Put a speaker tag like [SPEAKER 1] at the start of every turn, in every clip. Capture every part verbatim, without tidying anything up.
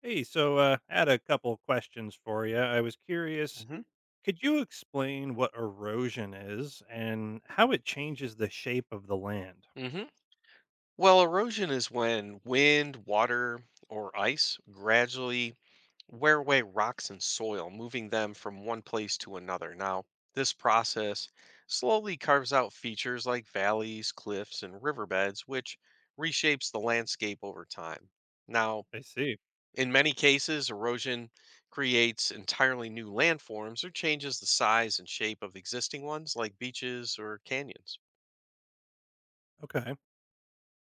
[SPEAKER 1] Hey, so uh, I had a couple of questions for you. I was curious,
[SPEAKER 2] hmm
[SPEAKER 1] could you explain what erosion is and how it changes the shape of the land?
[SPEAKER 2] hmm Well, erosion is when wind, water, or ice gradually wear away rocks and soil, moving them from one place to another. Now, this process slowly carves out features like valleys, cliffs, and riverbeds, which reshapes the landscape over time. Now,
[SPEAKER 1] I see.
[SPEAKER 2] in many cases, erosion creates entirely new landforms or changes the size and shape of existing ones like beaches or canyons.
[SPEAKER 1] Okay.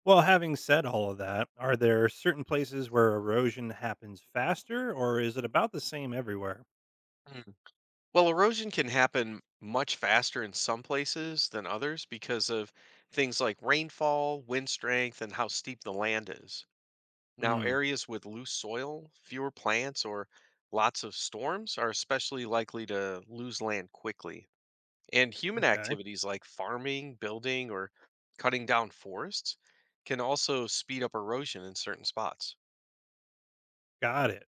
[SPEAKER 1] Well, having said all of that, are there certain places where erosion happens faster or is it about the same everywhere?
[SPEAKER 2] Well, erosion can happen much faster in some places than others because of things like rainfall, wind strength, and how steep the land is. Now,
[SPEAKER 1] Hmm.
[SPEAKER 2] areas with loose soil, fewer plants, or lots of storms are especially likely to lose land quickly. And human
[SPEAKER 1] Okay.
[SPEAKER 2] activities like farming, building, or cutting down forests can also speed up erosion in certain spots.
[SPEAKER 1] Got it.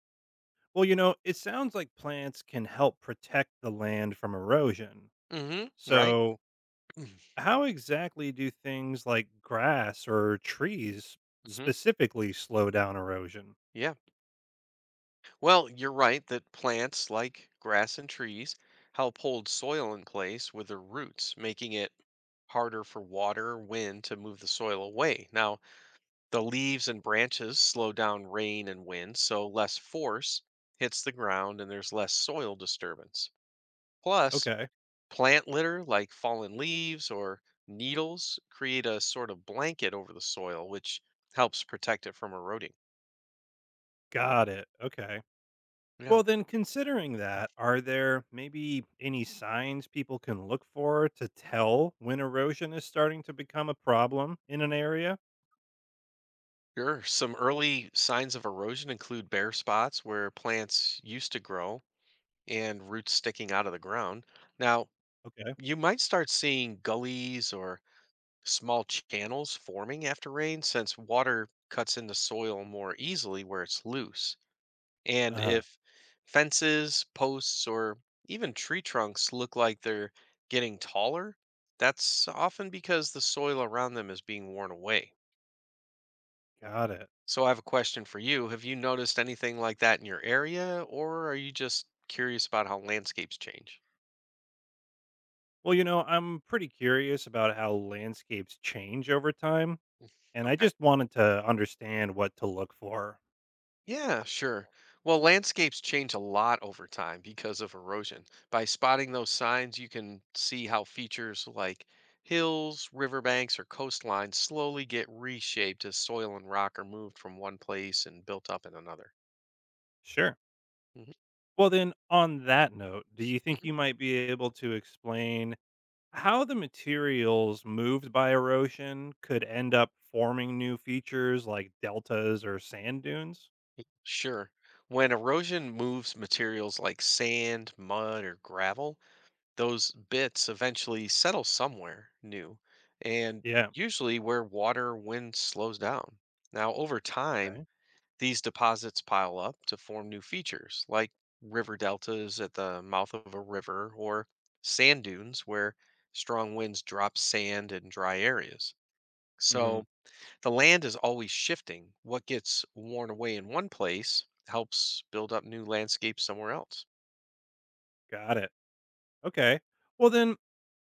[SPEAKER 1] Well, you know, it sounds like plants can help protect the land from erosion.
[SPEAKER 2] hmm Right?
[SPEAKER 1] So, how exactly do things like grass or trees
[SPEAKER 2] hmm
[SPEAKER 1] specifically slow down erosion?
[SPEAKER 2] Yeah. Well, you're right that plants like grass and trees help hold soil in place with their roots, making it harder for water or wind to move the soil away. Now, the leaves and branches slow down rain and wind, so less force hits the ground and there's less soil disturbance. Plus,
[SPEAKER 1] Okay,
[SPEAKER 2] plant litter like fallen leaves or needles create a sort of blanket over the soil, which helps protect it from eroding.
[SPEAKER 1] got it. Okay.
[SPEAKER 2] Yeah.
[SPEAKER 1] Well, then, considering that, are there maybe any signs people can look for to tell when erosion is starting to become a problem in an area?
[SPEAKER 2] Sure. Some early signs of erosion include bare spots where plants used to grow and roots sticking out of the ground. Now,
[SPEAKER 1] Okay.
[SPEAKER 2] you might start seeing gullies or small channels forming after rain since water cuts into soil more easily where it's loose.
[SPEAKER 1] Uh
[SPEAKER 2] And
[SPEAKER 1] huh.
[SPEAKER 2] if fences, posts, or even tree trunks look like they're getting taller, that's often because the soil around them is being worn away.
[SPEAKER 1] Got it.
[SPEAKER 2] So I have a question for you. Have you noticed anything like that in your area, or are you just curious about how landscapes change?
[SPEAKER 1] Well, you know, I'm pretty curious about how landscapes change over time, and I
[SPEAKER 2] Okay.
[SPEAKER 1] just wanted to understand what to look for.
[SPEAKER 2] Yeah, sure. Well, landscapes change a lot over time because of erosion. By spotting those signs, you can see how features like hills, riverbanks, or coastlines slowly get reshaped as soil and rock are moved from one place and built up in another.
[SPEAKER 1] Sure.
[SPEAKER 2] Mhm,
[SPEAKER 1] Well, then, on that note, do you think
[SPEAKER 2] mhm.
[SPEAKER 1] you might be able to explain how the materials moved by erosion could end up forming new features like deltas or sand dunes?
[SPEAKER 2] Sure. When erosion moves materials like sand, mud, or gravel, those bits eventually settle somewhere new and
[SPEAKER 1] Yeah.
[SPEAKER 2] usually where water or wind slows down. Now, over time,
[SPEAKER 1] Okay.
[SPEAKER 2] these deposits pile up to form new features like river deltas at the mouth of a river or sand dunes where strong winds drop sand in dry areas.
[SPEAKER 1] Hmm.
[SPEAKER 2] So the land is always shifting. What gets worn away in one place helps build up new landscapes somewhere else.
[SPEAKER 1] Got it. Okay. Well, then,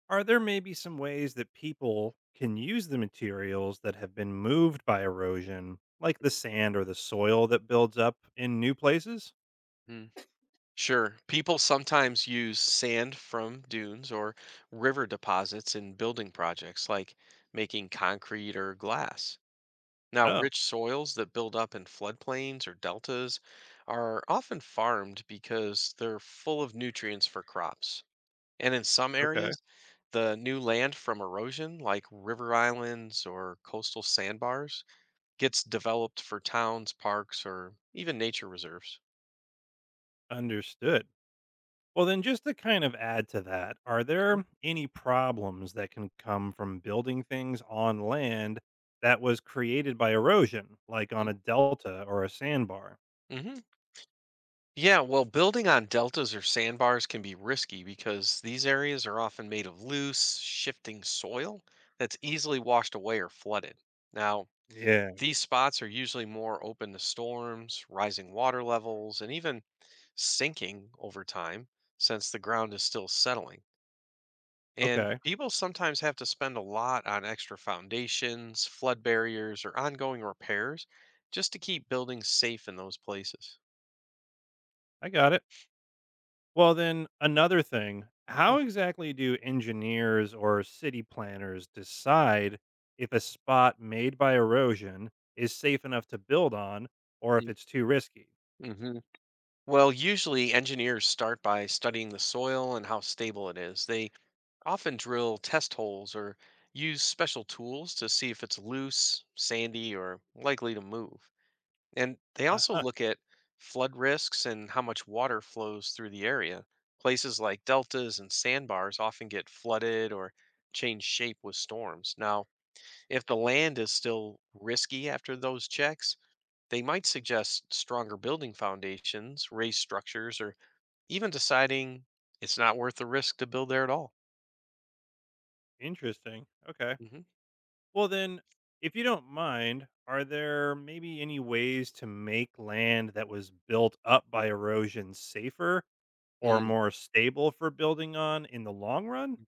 [SPEAKER 1] are there maybe some ways that people can use the materials that have been moved by erosion, like the sand or the soil that builds up in new places?
[SPEAKER 2] Sure. People sometimes use sand from dunes or river deposits in building projects like making concrete or glass. Now,
[SPEAKER 1] Oh,
[SPEAKER 2] rich soils that build up in floodplains or deltas are often farmed because they're full of nutrients for crops. And in some
[SPEAKER 1] okay.
[SPEAKER 2] areas, the new land from erosion, like river islands or coastal sandbars, gets developed for towns, parks, or even nature reserves.
[SPEAKER 1] Understood. Well, then, just to kind of add to that, are
[SPEAKER 2] Mhm,
[SPEAKER 1] there any problems that can come from building things on land that was created by erosion, like on
[SPEAKER 2] mhm.
[SPEAKER 1] a delta or a sandbar?
[SPEAKER 2] Mhm. Yeah, well, building on deltas or sandbars can be risky because these areas are often made of loose, shifting soil that's easily washed away or flooded. Now,
[SPEAKER 1] Yeah.
[SPEAKER 2] these spots are usually more open to storms, rising water levels, and even sinking over time since the ground is still settling. And
[SPEAKER 1] Okay.
[SPEAKER 2] people sometimes have to spend a lot on extra foundations, flood barriers, or ongoing repairs just to keep buildings safe in those places.
[SPEAKER 1] I got it. Well, then, another thing, how exactly do engineers or city planners decide if a spot made by erosion is safe enough to build on or if it's too risky?
[SPEAKER 2] hmm Well, usually engineers start by studying the soil and how stable it is. They often drill test holes or use special tools to see if it's loose, sandy, or likely to move. And they
[SPEAKER 1] Uh
[SPEAKER 2] also
[SPEAKER 1] huh.
[SPEAKER 2] look at flood risks and how much water flows through the area. Places like deltas and sandbars often get flooded or change shape with storms. Now, if the land is still risky after those checks, they might suggest stronger building foundations, raised structures, or even deciding it's not worth the risk to build there at all.
[SPEAKER 1] Interesting. Okay.
[SPEAKER 2] hmm
[SPEAKER 1] Well, then, if you don't mind, are there maybe any ways to make land that was built up by erosion safer or
[SPEAKER 2] Mm.
[SPEAKER 1] more stable for building on in the long run?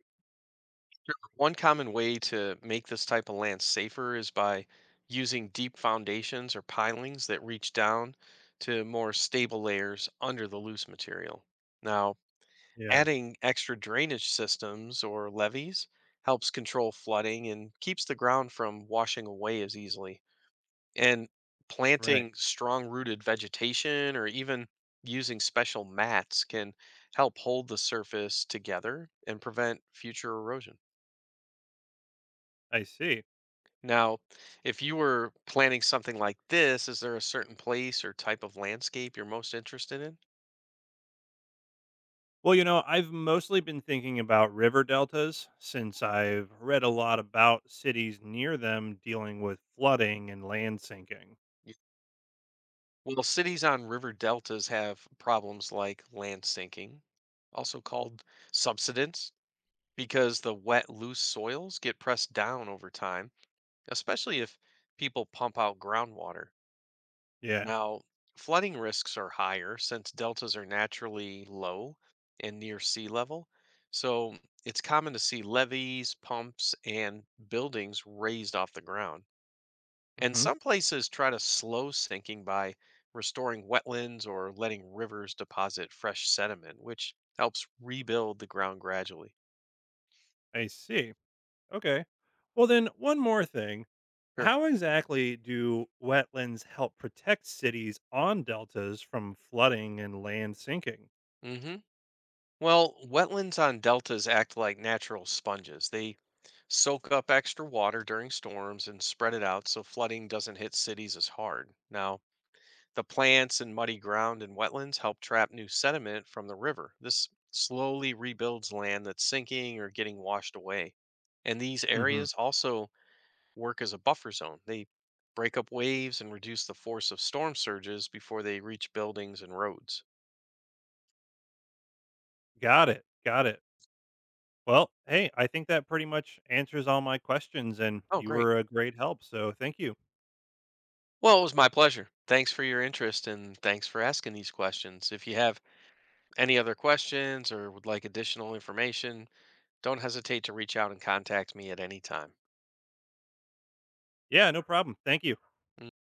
[SPEAKER 2] One common way to make this type of land safer is by using deep foundations or pilings that reach down to more stable layers under the loose material. Now,
[SPEAKER 1] Yeah,
[SPEAKER 2] adding extra drainage systems or levees helps control flooding and keeps the ground from washing away as easily. And
[SPEAKER 1] right.
[SPEAKER 2] planting strong rooted vegetation or even using special mats can help hold the surface together and prevent future erosion.
[SPEAKER 1] I see.
[SPEAKER 2] Now, if you were planning something like this, is there a certain place or type of landscape you're most interested in?
[SPEAKER 1] Well, you know, I've mostly been thinking about river deltas since I've read a lot about cities near them dealing with flooding and land sinking.
[SPEAKER 2] Y- Well, cities on river deltas have problems like land sinking, also called subsidence, because the wet, loose soils get pressed down over time, especially if people pump out groundwater.
[SPEAKER 1] Yeah.
[SPEAKER 2] Now, flooding risks are higher since deltas are naturally low and near sea level. So it's common to see levees, pumps, and buildings raised off the ground. And
[SPEAKER 1] Hmm.
[SPEAKER 2] some places try to slow sinking by restoring wetlands or letting rivers deposit fresh sediment, which helps rebuild the ground gradually.
[SPEAKER 1] I see. Okay. Well, then, one more thing.
[SPEAKER 2] Sure.
[SPEAKER 1] How exactly do wetlands help protect cities on deltas from flooding and land sinking?
[SPEAKER 2] hmm Well, wetlands on deltas act like natural sponges. They soak up extra water during storms and spread it out so flooding doesn't hit cities as hard. Now, the plants and muddy ground in wetlands help trap new sediment from the river. This slowly rebuilds land that's sinking or getting washed away. And these
[SPEAKER 1] Hmm.
[SPEAKER 2] areas also work as a buffer zone. They break up waves and reduce the force of storm surges before they reach buildings and roads.
[SPEAKER 1] Got it. Got it. Well, hey, I think that pretty much answers all my questions, and
[SPEAKER 2] Oh,
[SPEAKER 1] you
[SPEAKER 2] great.
[SPEAKER 1] were a great help. So thank you.
[SPEAKER 2] Well, it was my pleasure. Thanks for your interest and thanks for asking these questions. If you have any other questions or would like additional information, don't hesitate to reach out and contact me at any time.
[SPEAKER 1] Yeah, no problem. Thank you.